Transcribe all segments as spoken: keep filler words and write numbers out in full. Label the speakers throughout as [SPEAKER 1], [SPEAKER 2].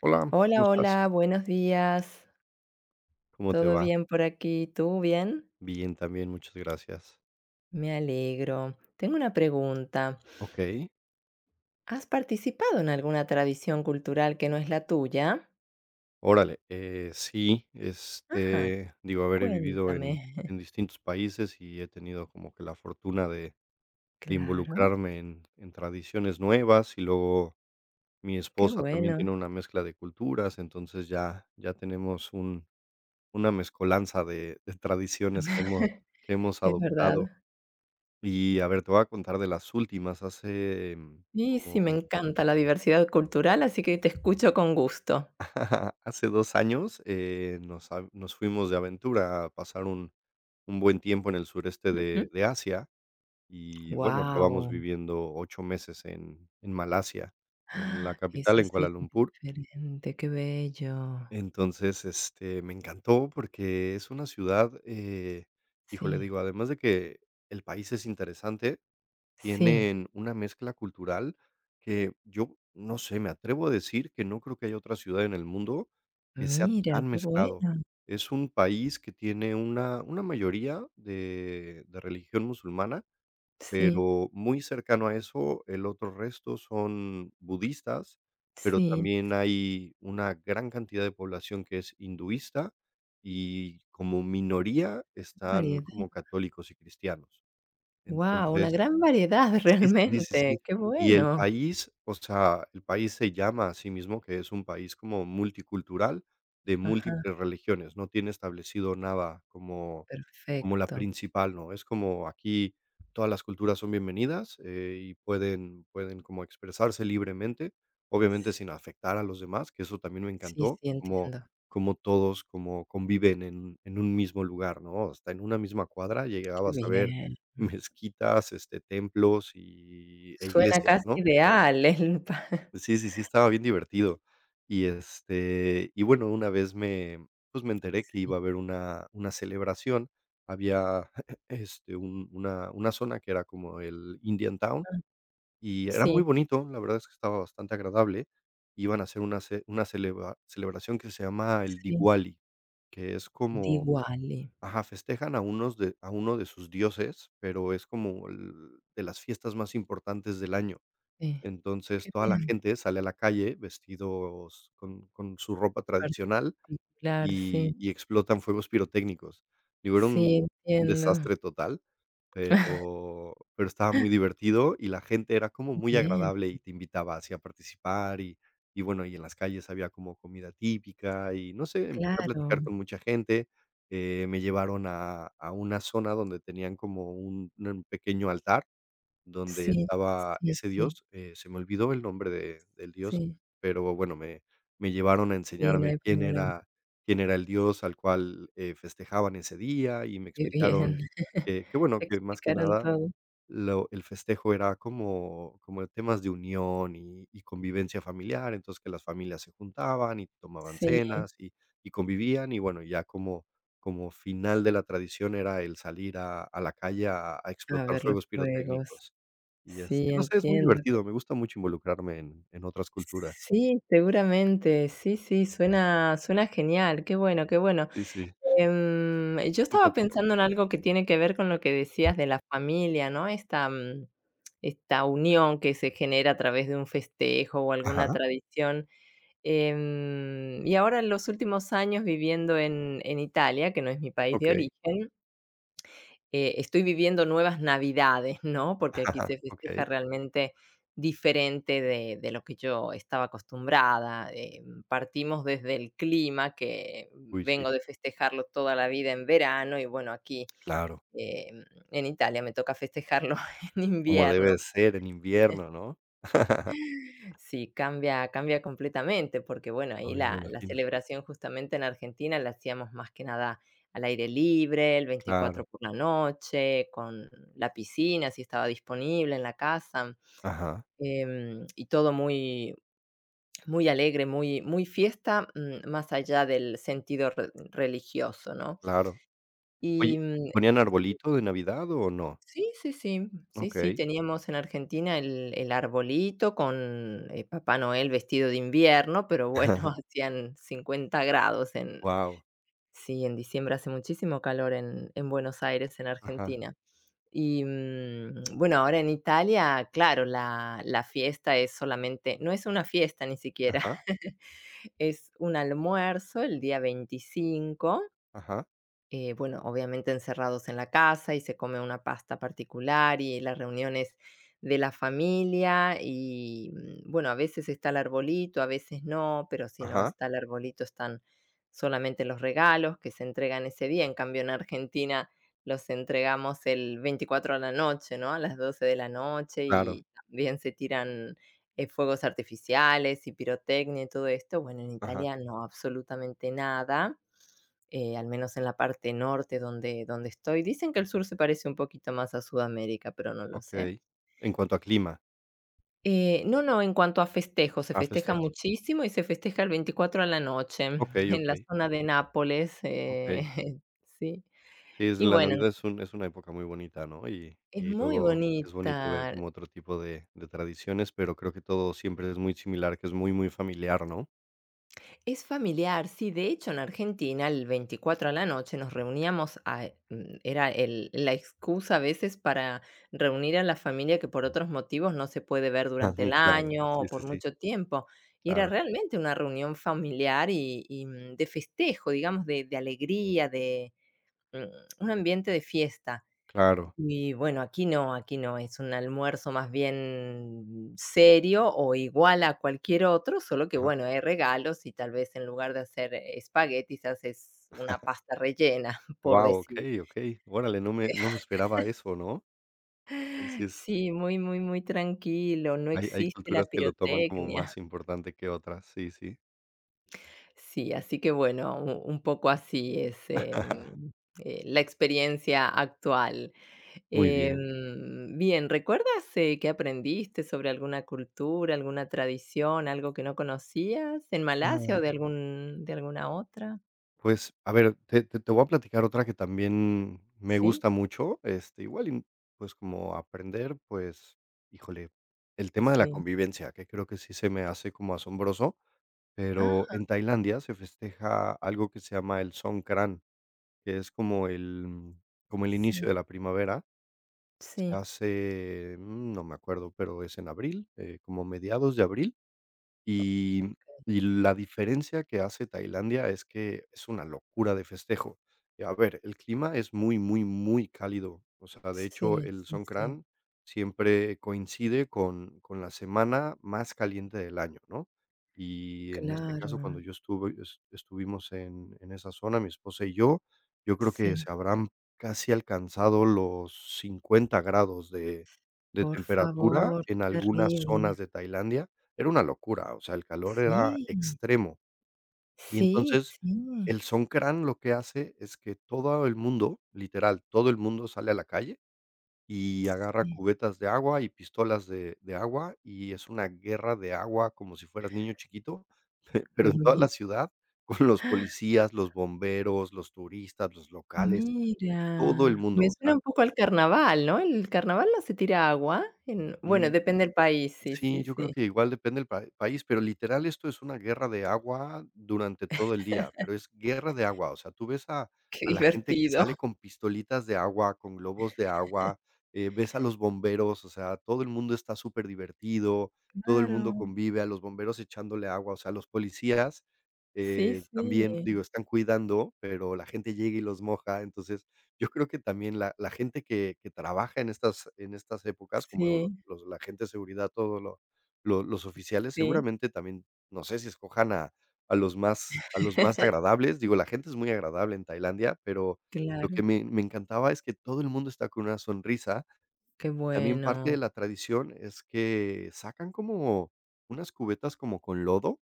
[SPEAKER 1] Hola, ¿cómo
[SPEAKER 2] Hola,
[SPEAKER 1] estás?
[SPEAKER 2] hola, buenos días.
[SPEAKER 1] ¿Cómo te
[SPEAKER 2] ¿Todo
[SPEAKER 1] va?
[SPEAKER 2] bien por aquí? ¿Tú bien?
[SPEAKER 1] Bien, también, muchas gracias.
[SPEAKER 2] Me alegro. Tengo una pregunta.
[SPEAKER 1] Ok,
[SPEAKER 2] ¿Has participado en alguna tradición cultural que no es la tuya?
[SPEAKER 1] órale, eh, sí,
[SPEAKER 2] Ajá,
[SPEAKER 1] este, digo, haber vivido
[SPEAKER 2] cuéntame.
[SPEAKER 1] en, en distintos países y he tenido como que la fortuna de, de
[SPEAKER 2] Claro,
[SPEAKER 1] involucrarme en, en tradiciones nuevas y luego mi
[SPEAKER 2] qué
[SPEAKER 1] esposa también tiene
[SPEAKER 2] bueno,
[SPEAKER 1] una mezcla de culturas, entonces ya, ya tenemos un, una mezcolanza de, de tradiciones que hemos, que hemos
[SPEAKER 2] es
[SPEAKER 1] adoptado.
[SPEAKER 2] verdad.
[SPEAKER 1] Y a ver, te voy a contar de las últimas, hace mm,
[SPEAKER 2] Y sí, me
[SPEAKER 1] como
[SPEAKER 2] encanta la diversidad cultural, así que te escucho con gusto.
[SPEAKER 1] hace dos años, eh, nos a nos fuimos de aventura a pasar un un buen tiempo en el sureste de de Asia y,
[SPEAKER 2] Wow.
[SPEAKER 1] bueno, acabamos viviendo ocho meses en en Malasia, en la capital,
[SPEAKER 2] Eso
[SPEAKER 1] en Kuala
[SPEAKER 2] sí que es
[SPEAKER 1] Lumpur.
[SPEAKER 2] diferente, qué bello.
[SPEAKER 1] Entonces, este, me encantó porque es una ciudad, eh, híjole,
[SPEAKER 2] Sí,
[SPEAKER 1] digo, además de que el país es interesante,
[SPEAKER 2] sí,
[SPEAKER 1] tienen una mezcla cultural que yo, no sé, me atrevo a decir que no creo que haya otra ciudad en el mundo que sea
[SPEAKER 2] mira,
[SPEAKER 1] tan
[SPEAKER 2] qué
[SPEAKER 1] mezclado.
[SPEAKER 2] bueno.
[SPEAKER 1] Es un país que tiene una una mayoría de de religión musulmana,
[SPEAKER 2] Sí.
[SPEAKER 1] pero muy cercano a eso, el otro resto son budistas, pero
[SPEAKER 2] Sí,
[SPEAKER 1] también hay una gran cantidad de población que es hinduista y como minoría están
[SPEAKER 2] variedad.
[SPEAKER 1] como católicos y cristianos.
[SPEAKER 2] Wow, una
[SPEAKER 1] Entonces
[SPEAKER 2] gran variedad
[SPEAKER 1] sí, sí, sí, sí,
[SPEAKER 2] realmente,
[SPEAKER 1] sí.
[SPEAKER 2] qué
[SPEAKER 1] Y el
[SPEAKER 2] bueno.
[SPEAKER 1] país, o sea, el país se llama a sí mismo que es un país como multicultural de
[SPEAKER 2] Ajá,
[SPEAKER 1] múltiples religiones, no tiene establecido nada como como la
[SPEAKER 2] perfecto.
[SPEAKER 1] principal, ¿no? Es como aquí todas las culturas son bienvenidas, eh, y pueden pueden como expresarse libremente, obviamente
[SPEAKER 2] S
[SPEAKER 1] sin afectar a los demás, que eso también me
[SPEAKER 2] sí,
[SPEAKER 1] encantó,
[SPEAKER 2] sí,
[SPEAKER 1] como
[SPEAKER 2] entiendo.
[SPEAKER 1] como todos como conviven en en un mismo lugar, ¿no? Hasta en una misma cuadra
[SPEAKER 2] Qué
[SPEAKER 1] llegabas a ver
[SPEAKER 2] bien.
[SPEAKER 1] mezquitas, este, templos y e
[SPEAKER 2] Suena
[SPEAKER 1] iglesias,
[SPEAKER 2] casi
[SPEAKER 1] ¿no?
[SPEAKER 2] ideal el pa
[SPEAKER 1] Sí, sí, sí, estaba bien divertido. Y, este, y bueno, una vez me, pues, me enteré que
[SPEAKER 2] sí,
[SPEAKER 1] iba a haber una una celebración. Había, este, un una una zona que era como el Indian Town,
[SPEAKER 2] ah,
[SPEAKER 1] y era muy
[SPEAKER 2] sí,
[SPEAKER 1] bonito, la verdad es que estaba bastante agradable. Iban a hacer una ce una celebra celebración que se llama el
[SPEAKER 2] sí,
[SPEAKER 1] Diwali, que es como
[SPEAKER 2] Diguali,
[SPEAKER 1] ajá, festejan a unos de a uno de sus dioses, pero es como el de las fiestas más importantes del año.
[SPEAKER 2] sí.
[SPEAKER 1] Entonces,
[SPEAKER 2] Qué
[SPEAKER 1] toda la
[SPEAKER 2] bien,
[SPEAKER 1] gente sale a la calle vestidos con con su ropa tradicional
[SPEAKER 2] particular, sí.
[SPEAKER 1] y y explotan fuegos pirotécnicos. Digo, era
[SPEAKER 2] Sí,
[SPEAKER 1] un un
[SPEAKER 2] entiendo.
[SPEAKER 1] desastre total, pero pero estaba muy divertido y la gente era como muy
[SPEAKER 2] Bien,
[SPEAKER 1] agradable y te invitaba así a participar y y bueno, y en las calles había como comida típica y no sé, empecé a
[SPEAKER 2] claro.
[SPEAKER 1] platicar con mucha gente. Eh, me llevaron a a una zona donde tenían como un un pequeño altar donde
[SPEAKER 2] Sí,
[SPEAKER 1] estaba
[SPEAKER 2] sí,
[SPEAKER 1] ese
[SPEAKER 2] sí,
[SPEAKER 1] dios, eh, se me olvidó el nombre de del dios,
[SPEAKER 2] sí.
[SPEAKER 1] pero bueno, me me llevaron a
[SPEAKER 2] Sí, no
[SPEAKER 1] enseñarme
[SPEAKER 2] hay
[SPEAKER 1] quién
[SPEAKER 2] problema.
[SPEAKER 1] era quién era el dios al cual, eh, festejaban ese día, y me
[SPEAKER 2] Qué bien.
[SPEAKER 1] explicaron que que bueno,
[SPEAKER 2] Te
[SPEAKER 1] que más que
[SPEAKER 2] explicaron
[SPEAKER 1] nada
[SPEAKER 2] todo.
[SPEAKER 1] lo el festejo era como como temas de unión y y convivencia familiar, entonces que las familias se juntaban y tomaban
[SPEAKER 2] Sí,
[SPEAKER 1] cenas y y convivían, y bueno, ya como como final de la tradición era el salir a a la calle a a
[SPEAKER 2] a
[SPEAKER 1] explotar
[SPEAKER 2] ver los
[SPEAKER 1] fuegos
[SPEAKER 2] juegos.
[SPEAKER 1] pirotécnicos. Y,
[SPEAKER 2] Sí,
[SPEAKER 1] este, no sé, es muy
[SPEAKER 2] entiendo que
[SPEAKER 1] divertido, me gusta mucho involucrarme en en otras culturas.
[SPEAKER 2] sí, seguramente. Sí, sí, suena suena genial. Qué bueno, qué bueno.
[SPEAKER 1] Sí, sí.
[SPEAKER 2] Em, yo
[SPEAKER 1] Tú
[SPEAKER 2] estaba
[SPEAKER 1] platícame.
[SPEAKER 2] pensando en algo que tiene que ver con lo que decías de la familia, ¿no? Esta, mm, esta unión que se genera a través de un festejo o alguna
[SPEAKER 1] Ajá,
[SPEAKER 2] tradición. Em, y ahora en los últimos años viviendo en en Italia, que no es mi país de
[SPEAKER 1] okey,
[SPEAKER 2] origen. Eh, estoy viviendo nuevas navidades, ¿no? Porque aquí
[SPEAKER 1] ajá,
[SPEAKER 2] se festeja
[SPEAKER 1] okey.
[SPEAKER 2] realmente diferente de, de lo que yo estaba acostumbrada. Eh, partimos desde el clima, que
[SPEAKER 1] Uy, sí,
[SPEAKER 2] vengo de festejarlo toda la vida en verano, y bueno, aquí
[SPEAKER 1] claro,
[SPEAKER 2] eh, en Italia me toca festejarlo en
[SPEAKER 1] como
[SPEAKER 2] invierno.
[SPEAKER 1] debe de ser en invierno, ¿no?
[SPEAKER 2] Sí, cambia cambia completamente, porque bueno, ahí
[SPEAKER 1] Uy, me
[SPEAKER 2] la la
[SPEAKER 1] imagino.
[SPEAKER 2] celebración justamente en Argentina la hacíamos más que nada al aire libre, el
[SPEAKER 1] Claro,
[SPEAKER 2] veinticuatro por la noche, con la piscina, si estaba disponible en la casa,
[SPEAKER 1] ajá,
[SPEAKER 2] em, y todo muy muy alegre, muy muy fiesta, mm, más allá del sentido re religioso, ¿no?
[SPEAKER 1] claro.
[SPEAKER 2] Y,
[SPEAKER 1] Oye,
[SPEAKER 2] mm
[SPEAKER 1] ¿ponían arbolito de Navidad o no?
[SPEAKER 2] Sí, sí, sí, sí, sí,
[SPEAKER 1] Okey.
[SPEAKER 2] teníamos en Argentina el el arbolito con, eh, Papá Noel vestido de invierno, pero bueno, hacían cincuenta grados en
[SPEAKER 1] Wow.
[SPEAKER 2] sí, en diciembre hace muchísimo calor en en Buenos Aires, en
[SPEAKER 1] Ajá,
[SPEAKER 2] Argentina. Y, mm, bueno, ahora en Italia, claro, la la fiesta es solamente no es una fiesta ni siquiera,
[SPEAKER 1] ajá,
[SPEAKER 2] es un almuerzo el día veinticinco.
[SPEAKER 1] ajá,
[SPEAKER 2] Eh, bueno, obviamente encerrados en la casa y se come una pasta particular y las reuniones de la familia y mm, bueno, a veces está el arbolito, a veces no, pero si no
[SPEAKER 1] ajá,
[SPEAKER 2] está el arbolito están solamente los regalos que se entregan ese día. En cambio, en Argentina los entregamos el veinticuatro a la noche, ¿no? A las doce de la noche
[SPEAKER 1] claro,
[SPEAKER 2] y también se tiran eh, fuegos artificiales y pirotecnia y todo esto. Bueno, en
[SPEAKER 1] ajá,
[SPEAKER 2] Italia no, absolutamente nada, eh, al menos en la parte norte donde, donde estoy. Dicen que el sur se parece un poquito más a Sudamérica, pero no lo sé.
[SPEAKER 1] okey. En cuanto a clima,
[SPEAKER 2] Eh, no, no, en cuanto a festejos, se
[SPEAKER 1] a
[SPEAKER 2] festeja
[SPEAKER 1] festejos.
[SPEAKER 2] muchísimo y se festeja el veinticuatro a la noche
[SPEAKER 1] Okey,
[SPEAKER 2] en la
[SPEAKER 1] okey,
[SPEAKER 2] zona de Nápoles, eh,
[SPEAKER 1] okey.
[SPEAKER 2] sí.
[SPEAKER 1] Sí, es
[SPEAKER 2] Y
[SPEAKER 1] la
[SPEAKER 2] bueno,
[SPEAKER 1] Navidad es un es una época muy bonita, ¿no? Y
[SPEAKER 2] es
[SPEAKER 1] y
[SPEAKER 2] muy
[SPEAKER 1] luego es bonito ver
[SPEAKER 2] bonita.
[SPEAKER 1] como otro tipo de de tradiciones, pero creo que todo siempre es muy similar, que es muy, muy familiar, ¿no?
[SPEAKER 2] Es familiar, sí. De hecho, en Argentina, el veinticuatro a la noche nos reuníamos a, mm, era el, la excusa a veces para reunir a la familia que por otros motivos no se puede ver durante el Ujú.
[SPEAKER 1] Claro.
[SPEAKER 2] Año
[SPEAKER 1] Sí,
[SPEAKER 2] o por
[SPEAKER 1] sí, sí.
[SPEAKER 2] mucho tiempo. Y era
[SPEAKER 1] Claro,
[SPEAKER 2] realmente una reunión familiar y, y, mm, de festejo, digamos, de, de alegría, de mm, un ambiente de fiesta.
[SPEAKER 1] claro.
[SPEAKER 2] Y bueno, aquí no, aquí no, es un almuerzo más bien serio o igual a cualquier otro, solo que
[SPEAKER 1] Wow,
[SPEAKER 2] bueno, hay regalos y tal vez en lugar de hacer espaguetis haces una pasta rellena, por
[SPEAKER 1] guau,
[SPEAKER 2] decir.
[SPEAKER 1] okey, órale, no me no me esperaba eso, ¿no? Ahí sí es
[SPEAKER 2] Sí, muy, muy, muy tranquilo, no
[SPEAKER 1] hay hay
[SPEAKER 2] existe la
[SPEAKER 1] culturas que lo toman como
[SPEAKER 2] pirotecnia.
[SPEAKER 1] más importante que otras. Sí, sí.
[SPEAKER 2] Sí, así que bueno, u un poco así es, em, eh, la experiencia actual.
[SPEAKER 1] Muy bien.
[SPEAKER 2] Em, bien, ¿recuerdas, eh, qué aprendiste sobre alguna cultura, alguna tradición, algo que no conocías en Malasia o de algún de alguna otra?
[SPEAKER 1] Pues, a ver, te te te voy a platicar otra que también me
[SPEAKER 2] ¿Sí?
[SPEAKER 1] gusta mucho, este, igual y, pues, como aprender, pues, híjole, el tema de la
[SPEAKER 2] Sí.
[SPEAKER 1] convivencia, que creo que sí se me hace como asombroso, pero
[SPEAKER 2] Ah,
[SPEAKER 1] en Tailandia se festeja algo que se llama el Songkran, que es como el mm, como el
[SPEAKER 2] sí,
[SPEAKER 1] inicio de la primavera. Se
[SPEAKER 2] sí,
[SPEAKER 1] hace, mm, no me acuerdo, pero es en abril, eh, como mediados de abril.
[SPEAKER 2] okey.
[SPEAKER 1] Y y la diferencia que hace Tailandia es que es una locura de festejo. Y a ver, el clima es muy, muy, muy cálido. O sea, de hecho,
[SPEAKER 2] Sí,
[SPEAKER 1] el
[SPEAKER 2] sí, sí,
[SPEAKER 1] Songkran siempre coincide con con la semana más caliente del año, ¿no? Y en este caso, cuando
[SPEAKER 2] claro,
[SPEAKER 1] yo estuve es estuvimos en en esa zona, mi esposa y yo, yo creo que
[SPEAKER 2] sí.
[SPEAKER 1] se habrán casi alcanzado los cincuenta grados de de
[SPEAKER 2] Por
[SPEAKER 1] temperatura
[SPEAKER 2] favor,
[SPEAKER 1] en
[SPEAKER 2] qué
[SPEAKER 1] algunas zonas
[SPEAKER 2] terrible.
[SPEAKER 1] de Tailandia. Era una locura, o sea, el calor era
[SPEAKER 2] Sí,
[SPEAKER 1] extremo. Y
[SPEAKER 2] sí,
[SPEAKER 1] entonces,
[SPEAKER 2] sí,
[SPEAKER 1] el Songkran lo que hace es que todo el mundo, literal, todo el mundo sale a la calle y agarra
[SPEAKER 2] sí.
[SPEAKER 1] cubetas de agua y pistolas de de agua, y es una guerra de agua como si fueras niño chiquito, pero en toda la
[SPEAKER 2] Mira,
[SPEAKER 1] ciudad, con los policías, los bomberos, los turistas, los locales, todo el
[SPEAKER 2] mira,
[SPEAKER 1] mundo,
[SPEAKER 2] me
[SPEAKER 1] o
[SPEAKER 2] suena
[SPEAKER 1] sea,
[SPEAKER 2] un poco al carnaval, ¿no? ¿El carnaval no se tira agua? En bueno,
[SPEAKER 1] mm.
[SPEAKER 2] depende del país, sí,
[SPEAKER 1] Sí,
[SPEAKER 2] sí,
[SPEAKER 1] yo creo
[SPEAKER 2] sí.
[SPEAKER 1] que igual depende del pa país, pero literal esto es una guerra de agua durante todo el día, pero es guerra de agua, o sea, tú ves a
[SPEAKER 2] Qué
[SPEAKER 1] a la gente que
[SPEAKER 2] divertido.
[SPEAKER 1] sale con pistolitas de agua, con globos de agua, eh, ves a los bomberos, o sea, todo el mundo está súper divertido, todo el mundo
[SPEAKER 2] Claro.
[SPEAKER 1] convive, a los bomberos echándole agua, o sea, los policías,
[SPEAKER 2] Sí,
[SPEAKER 1] eh,
[SPEAKER 2] sí.
[SPEAKER 1] también, digo, están cuidando, pero la gente llega y los moja, entonces yo creo que también la la gente que que trabaja en estas en estas épocas, como los
[SPEAKER 2] Sí,
[SPEAKER 1] los la gente de seguridad, todos los oficiales,
[SPEAKER 2] sí.
[SPEAKER 1] seguramente también, no sé si escojan a a los más a los más agradables. Digo, la gente es muy agradable en Tailandia, pero lo que
[SPEAKER 2] Claro,
[SPEAKER 1] me me encantaba es que todo el mundo está con una sonrisa.
[SPEAKER 2] qué
[SPEAKER 1] Y también parte
[SPEAKER 2] bueno.
[SPEAKER 1] de la tradición es que sacan como unas cubetas como con lodo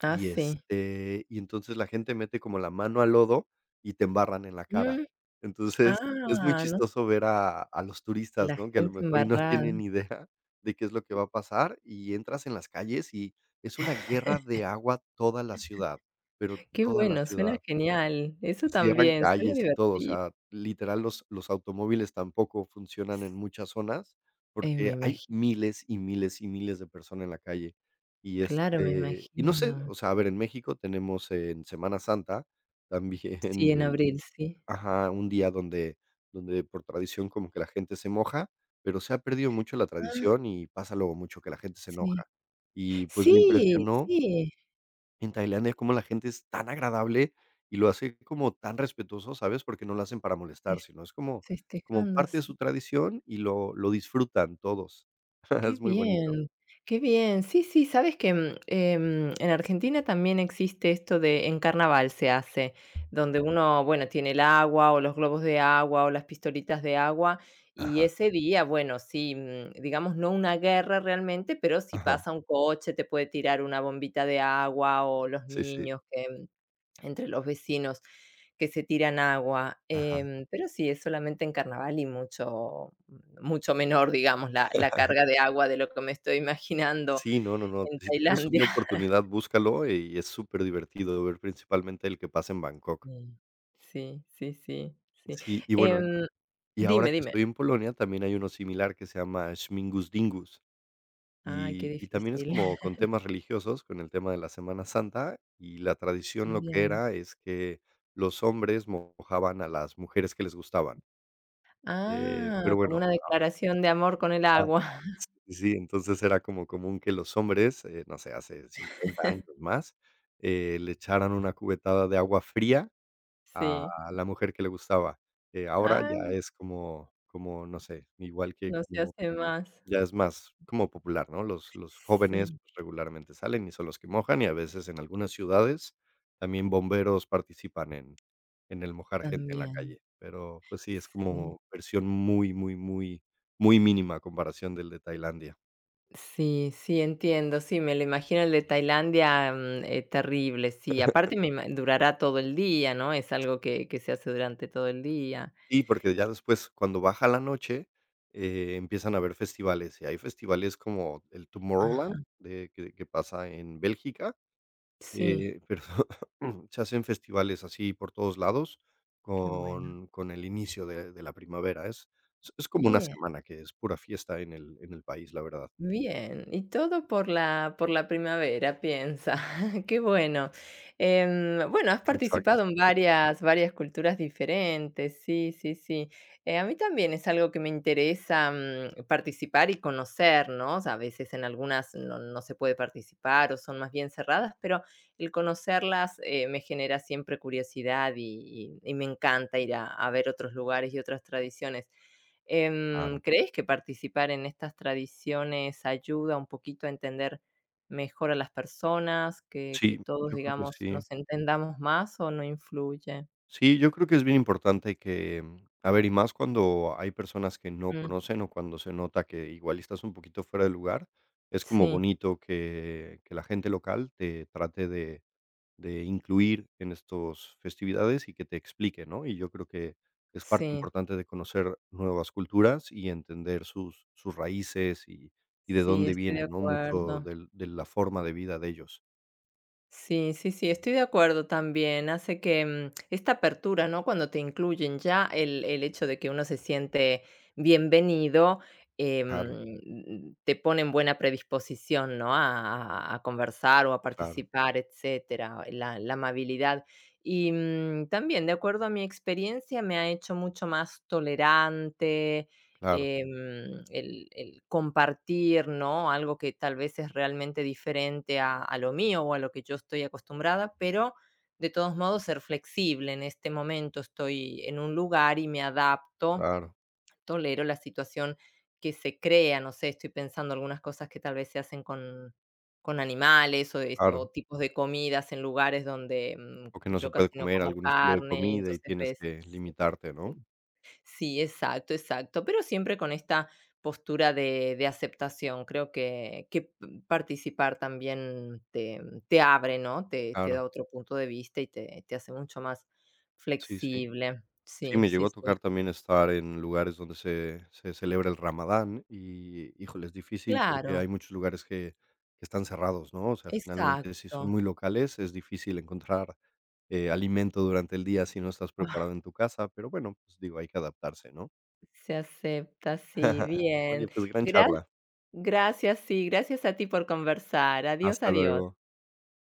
[SPEAKER 2] Ah,
[SPEAKER 1] y,
[SPEAKER 2] sí.
[SPEAKER 1] este, y entonces la gente mete como la mano al lodo y te embarran en la cara.
[SPEAKER 2] Mm,
[SPEAKER 1] Entonces, es muy
[SPEAKER 2] ah, no,
[SPEAKER 1] chistoso ver a a los turistas,
[SPEAKER 2] la
[SPEAKER 1] ¿no? Que a lo
[SPEAKER 2] gente
[SPEAKER 1] mejor y no
[SPEAKER 2] embarrada.
[SPEAKER 1] tienen idea de qué es lo que va a pasar, y entras en las calles y es una guerra de agua toda la ciudad, pero
[SPEAKER 2] Qué
[SPEAKER 1] toda la
[SPEAKER 2] bueno, suena
[SPEAKER 1] ciudad.
[SPEAKER 2] genial. Eso
[SPEAKER 1] Cierran
[SPEAKER 2] también, suena
[SPEAKER 1] calles y todo, o
[SPEAKER 2] divertido.
[SPEAKER 1] sea, literal, los los automóviles tampoco funcionan en muchas zonas,
[SPEAKER 2] Eh, me
[SPEAKER 1] porque hay
[SPEAKER 2] imagino.
[SPEAKER 1] miles y miles y miles de personas en la calle. Y,
[SPEAKER 2] Claro, me
[SPEAKER 1] este, y no sé,
[SPEAKER 2] imagino.
[SPEAKER 1] o sea, a ver, en México tenemos en Semana Santa también
[SPEAKER 2] Sí, en
[SPEAKER 1] el
[SPEAKER 2] abril, sí.
[SPEAKER 1] ajá, un día donde donde por tradición como que la gente se moja, pero se ha perdido mucho la
[SPEAKER 2] Ah,
[SPEAKER 1] tradición y pasa luego mucho que la gente se
[SPEAKER 2] sí.
[SPEAKER 1] enoja. Y, pues, me
[SPEAKER 2] Sí,
[SPEAKER 1] impresionó
[SPEAKER 2] sí,
[SPEAKER 1] en Tailandia, como la gente es tan agradable y lo hace como tan respetuoso, ¿sabes? Porque no lo hacen para molestar,
[SPEAKER 2] fes
[SPEAKER 1] sino es como como
[SPEAKER 2] festejando,
[SPEAKER 1] parte de su tradición y lo lo disfrutan todos.
[SPEAKER 2] Qué
[SPEAKER 1] Es muy bonito.
[SPEAKER 2] bien, qué bien. Sí, sí, sabes que, mm, em, en Argentina también existe esto de en carnaval se hace, donde uno, bueno, tiene el agua o los globos de agua o las pistolitas de agua y
[SPEAKER 1] Ajá,
[SPEAKER 2] ese día, bueno, sí, mm, digamos, no una guerra realmente, pero si
[SPEAKER 1] ajá.
[SPEAKER 2] pasa un coche te puede tirar una bombita de agua o los
[SPEAKER 1] Sí, sí.
[SPEAKER 2] niños que, mm, entre los vecinos que se tiran agua,
[SPEAKER 1] Ajá.
[SPEAKER 2] em, pero sí, es solamente en carnaval y mucho mucho menor, digamos, la la carga de agua de lo que me estoy imaginando
[SPEAKER 1] Sí, no, no, no.
[SPEAKER 2] en
[SPEAKER 1] Si tienes
[SPEAKER 2] Tailandia.
[SPEAKER 1] una oportunidad, búscalo y es superdivertido ver principalmente el que pasa en Bangkok.
[SPEAKER 2] Sí. Sí, sí, sí, sí.
[SPEAKER 1] Sí, y bueno,
[SPEAKER 2] Em,
[SPEAKER 1] y ahora
[SPEAKER 2] Dime,
[SPEAKER 1] que
[SPEAKER 2] dime.
[SPEAKER 1] estoy en Polonia, también hay uno similar que se llama Schmingus Dingus.
[SPEAKER 2] Ay, qué
[SPEAKER 1] Y y también es
[SPEAKER 2] difícil.
[SPEAKER 1] como con temas religiosos, con el tema de la Semana Santa, y la tradición lo que
[SPEAKER 2] Bien.
[SPEAKER 1] era es que los hombres mojaban a las mujeres que les gustaban. Eh,
[SPEAKER 2] Ah,
[SPEAKER 1] pero
[SPEAKER 2] como
[SPEAKER 1] bueno,
[SPEAKER 2] una declaración de amor con el
[SPEAKER 1] ajá.
[SPEAKER 2] agua.
[SPEAKER 1] Sí, sí, entonces era como común que los hombres, eh, no sé, hace cincuenta años más, eh, le echaran una cubetada de agua fría a
[SPEAKER 2] Sí.
[SPEAKER 1] la mujer que le gustaba. Eh, ahora ya
[SPEAKER 2] Ah,
[SPEAKER 1] es como como, no sé, igual que
[SPEAKER 2] no se
[SPEAKER 1] como
[SPEAKER 2] hace más.
[SPEAKER 1] ya es más como popular, ¿no? Los los jóvenes,
[SPEAKER 2] Sí,
[SPEAKER 1] pues, regularmente salen y son los que mojan, y a veces en algunas ciudades también bomberos participan en en el mojar gente en la
[SPEAKER 2] también.
[SPEAKER 1] calle, pero, pues sí, es
[SPEAKER 2] Sí.
[SPEAKER 1] como versión muy, muy, muy, muy mínima a comparación del de Tailandia.
[SPEAKER 2] Sí, sí, entiendo, sí, me lo imagino el de Tailandia, mm, eh, terrible, sí, aparte me ima durará todo el día, ¿no? Es algo que que se hace durante todo el día.
[SPEAKER 1] Y porque ya después, cuando baja la noche, eh, empiezan a haber festivales, y hay festivales como el
[SPEAKER 2] Ajá,
[SPEAKER 1] Tomorrowland de que que pasa en Bélgica,
[SPEAKER 2] sí,
[SPEAKER 1] eh, pero ujú. Se hacen festivales así por todos lados
[SPEAKER 2] qué bueno,
[SPEAKER 1] con con el inicio de de la primavera. Es es es como una
[SPEAKER 2] bien.
[SPEAKER 1] semana que es pura fiesta en el en el país, la verdad.
[SPEAKER 2] Bien, y todo por la por la primavera, piensa. Qué bueno. Em, bueno, has participado
[SPEAKER 1] Exacto,
[SPEAKER 2] en varias varias culturas diferentes. Sí, sí, sí. Eh, a mí también es algo que me interesa, mm, participar y conocer, ¿no? O sea, a veces en algunas no no se puede participar o son más bien cerradas, pero el conocerlas, eh, me genera siempre curiosidad y y y me encanta ir a a ver otros lugares y otras tradiciones. Em,
[SPEAKER 1] claro.
[SPEAKER 2] ¿crees que participar en estas tradiciones ayuda un poquito a entender mejor a las personas, que que
[SPEAKER 1] Sí,
[SPEAKER 2] todos,
[SPEAKER 1] yo creo que
[SPEAKER 2] digamos,
[SPEAKER 1] sí.
[SPEAKER 2] nos entendamos más o no influye?
[SPEAKER 1] Sí, yo creo que es bien importante que, mm, a ver, y más cuando hay personas que no
[SPEAKER 2] Mm,
[SPEAKER 1] conocen o cuando se nota que igual estás un poquito fuera de lugar, es como
[SPEAKER 2] sí,
[SPEAKER 1] bonito que que la gente local te trate de de incluir en estos festividades y que te explique, ¿no? Y yo creo que es parte
[SPEAKER 2] sí,
[SPEAKER 1] importante de conocer nuevas culturas y entender sus sus raíces y y de
[SPEAKER 2] sí,
[SPEAKER 1] dónde
[SPEAKER 2] estoy de
[SPEAKER 1] vienen, ¿no? Mucho
[SPEAKER 2] acuerdo.
[SPEAKER 1] del de la forma de vida de ellos.
[SPEAKER 2] Sí, sí, sí, estoy de acuerdo también. Hace que mm, esta apertura, ¿no? Cuando te incluyen ya el, el hecho de que uno se siente bienvenido,
[SPEAKER 1] Claro,
[SPEAKER 2] em, te pone en buena predisposición, ¿no? A, a- a conversar o a
[SPEAKER 1] claro,
[SPEAKER 2] participar, etcétera, la, la amabilidad. Y mm, también, de acuerdo a mi experiencia, me ha hecho mucho más tolerante,
[SPEAKER 1] claro,
[SPEAKER 2] em, el el compartir, ¿no? Algo que tal vez es realmente diferente a a lo mío o a lo que yo estoy acostumbrada, pero de todos modos ser flexible. En este momento estoy en un lugar y me adapto,
[SPEAKER 1] claro,
[SPEAKER 2] tolero la situación que se crea, no sé, estoy pensando algunas cosas que tal vez se hacen con con animales o este, o
[SPEAKER 1] claro.
[SPEAKER 2] tipos de comidas en lugares donde,
[SPEAKER 1] O que
[SPEAKER 2] mm,
[SPEAKER 1] no
[SPEAKER 2] yo
[SPEAKER 1] se puede
[SPEAKER 2] casi no
[SPEAKER 1] comer
[SPEAKER 2] como
[SPEAKER 1] algún estilo de
[SPEAKER 2] carne,
[SPEAKER 1] comida y
[SPEAKER 2] entonces
[SPEAKER 1] tienes
[SPEAKER 2] ves
[SPEAKER 1] que
[SPEAKER 2] sí,
[SPEAKER 1] limitarte,
[SPEAKER 2] sí.
[SPEAKER 1] ¿no?
[SPEAKER 2] Sí, exacto, exacto, pero siempre con esta postura de, de aceptación. Creo que, que p- participar también te, te abre, ¿no? Te, te
[SPEAKER 1] Claro,
[SPEAKER 2] da otro punto de vista y te, te hace mucho más
[SPEAKER 1] sí, sí.
[SPEAKER 2] flexible.
[SPEAKER 1] Sí,
[SPEAKER 2] Sí,
[SPEAKER 1] me
[SPEAKER 2] sí,
[SPEAKER 1] llegó a
[SPEAKER 2] sí.
[SPEAKER 1] tocar también estar en lugares donde se se celebra el Ramadán y, híjole, es difícil porque
[SPEAKER 2] Claro,
[SPEAKER 1] hay muchos lugares que que están cerrados, ¿no? O sea, finalmente, si
[SPEAKER 2] exacto.
[SPEAKER 1] son muy locales, es difícil encontrar, eh, alimento durante el día si no estás
[SPEAKER 2] Ah,
[SPEAKER 1] preparado en tu casa, pero bueno, pues digo, hay que adaptarse, ¿no?
[SPEAKER 2] se acepta, sí, bien.
[SPEAKER 1] Oye, pues gran
[SPEAKER 2] Gra-
[SPEAKER 1] charla.
[SPEAKER 2] Gracias, sí, gracias a ti por conversar. Adiós,
[SPEAKER 1] Hasta
[SPEAKER 2] adiós.
[SPEAKER 1] luego.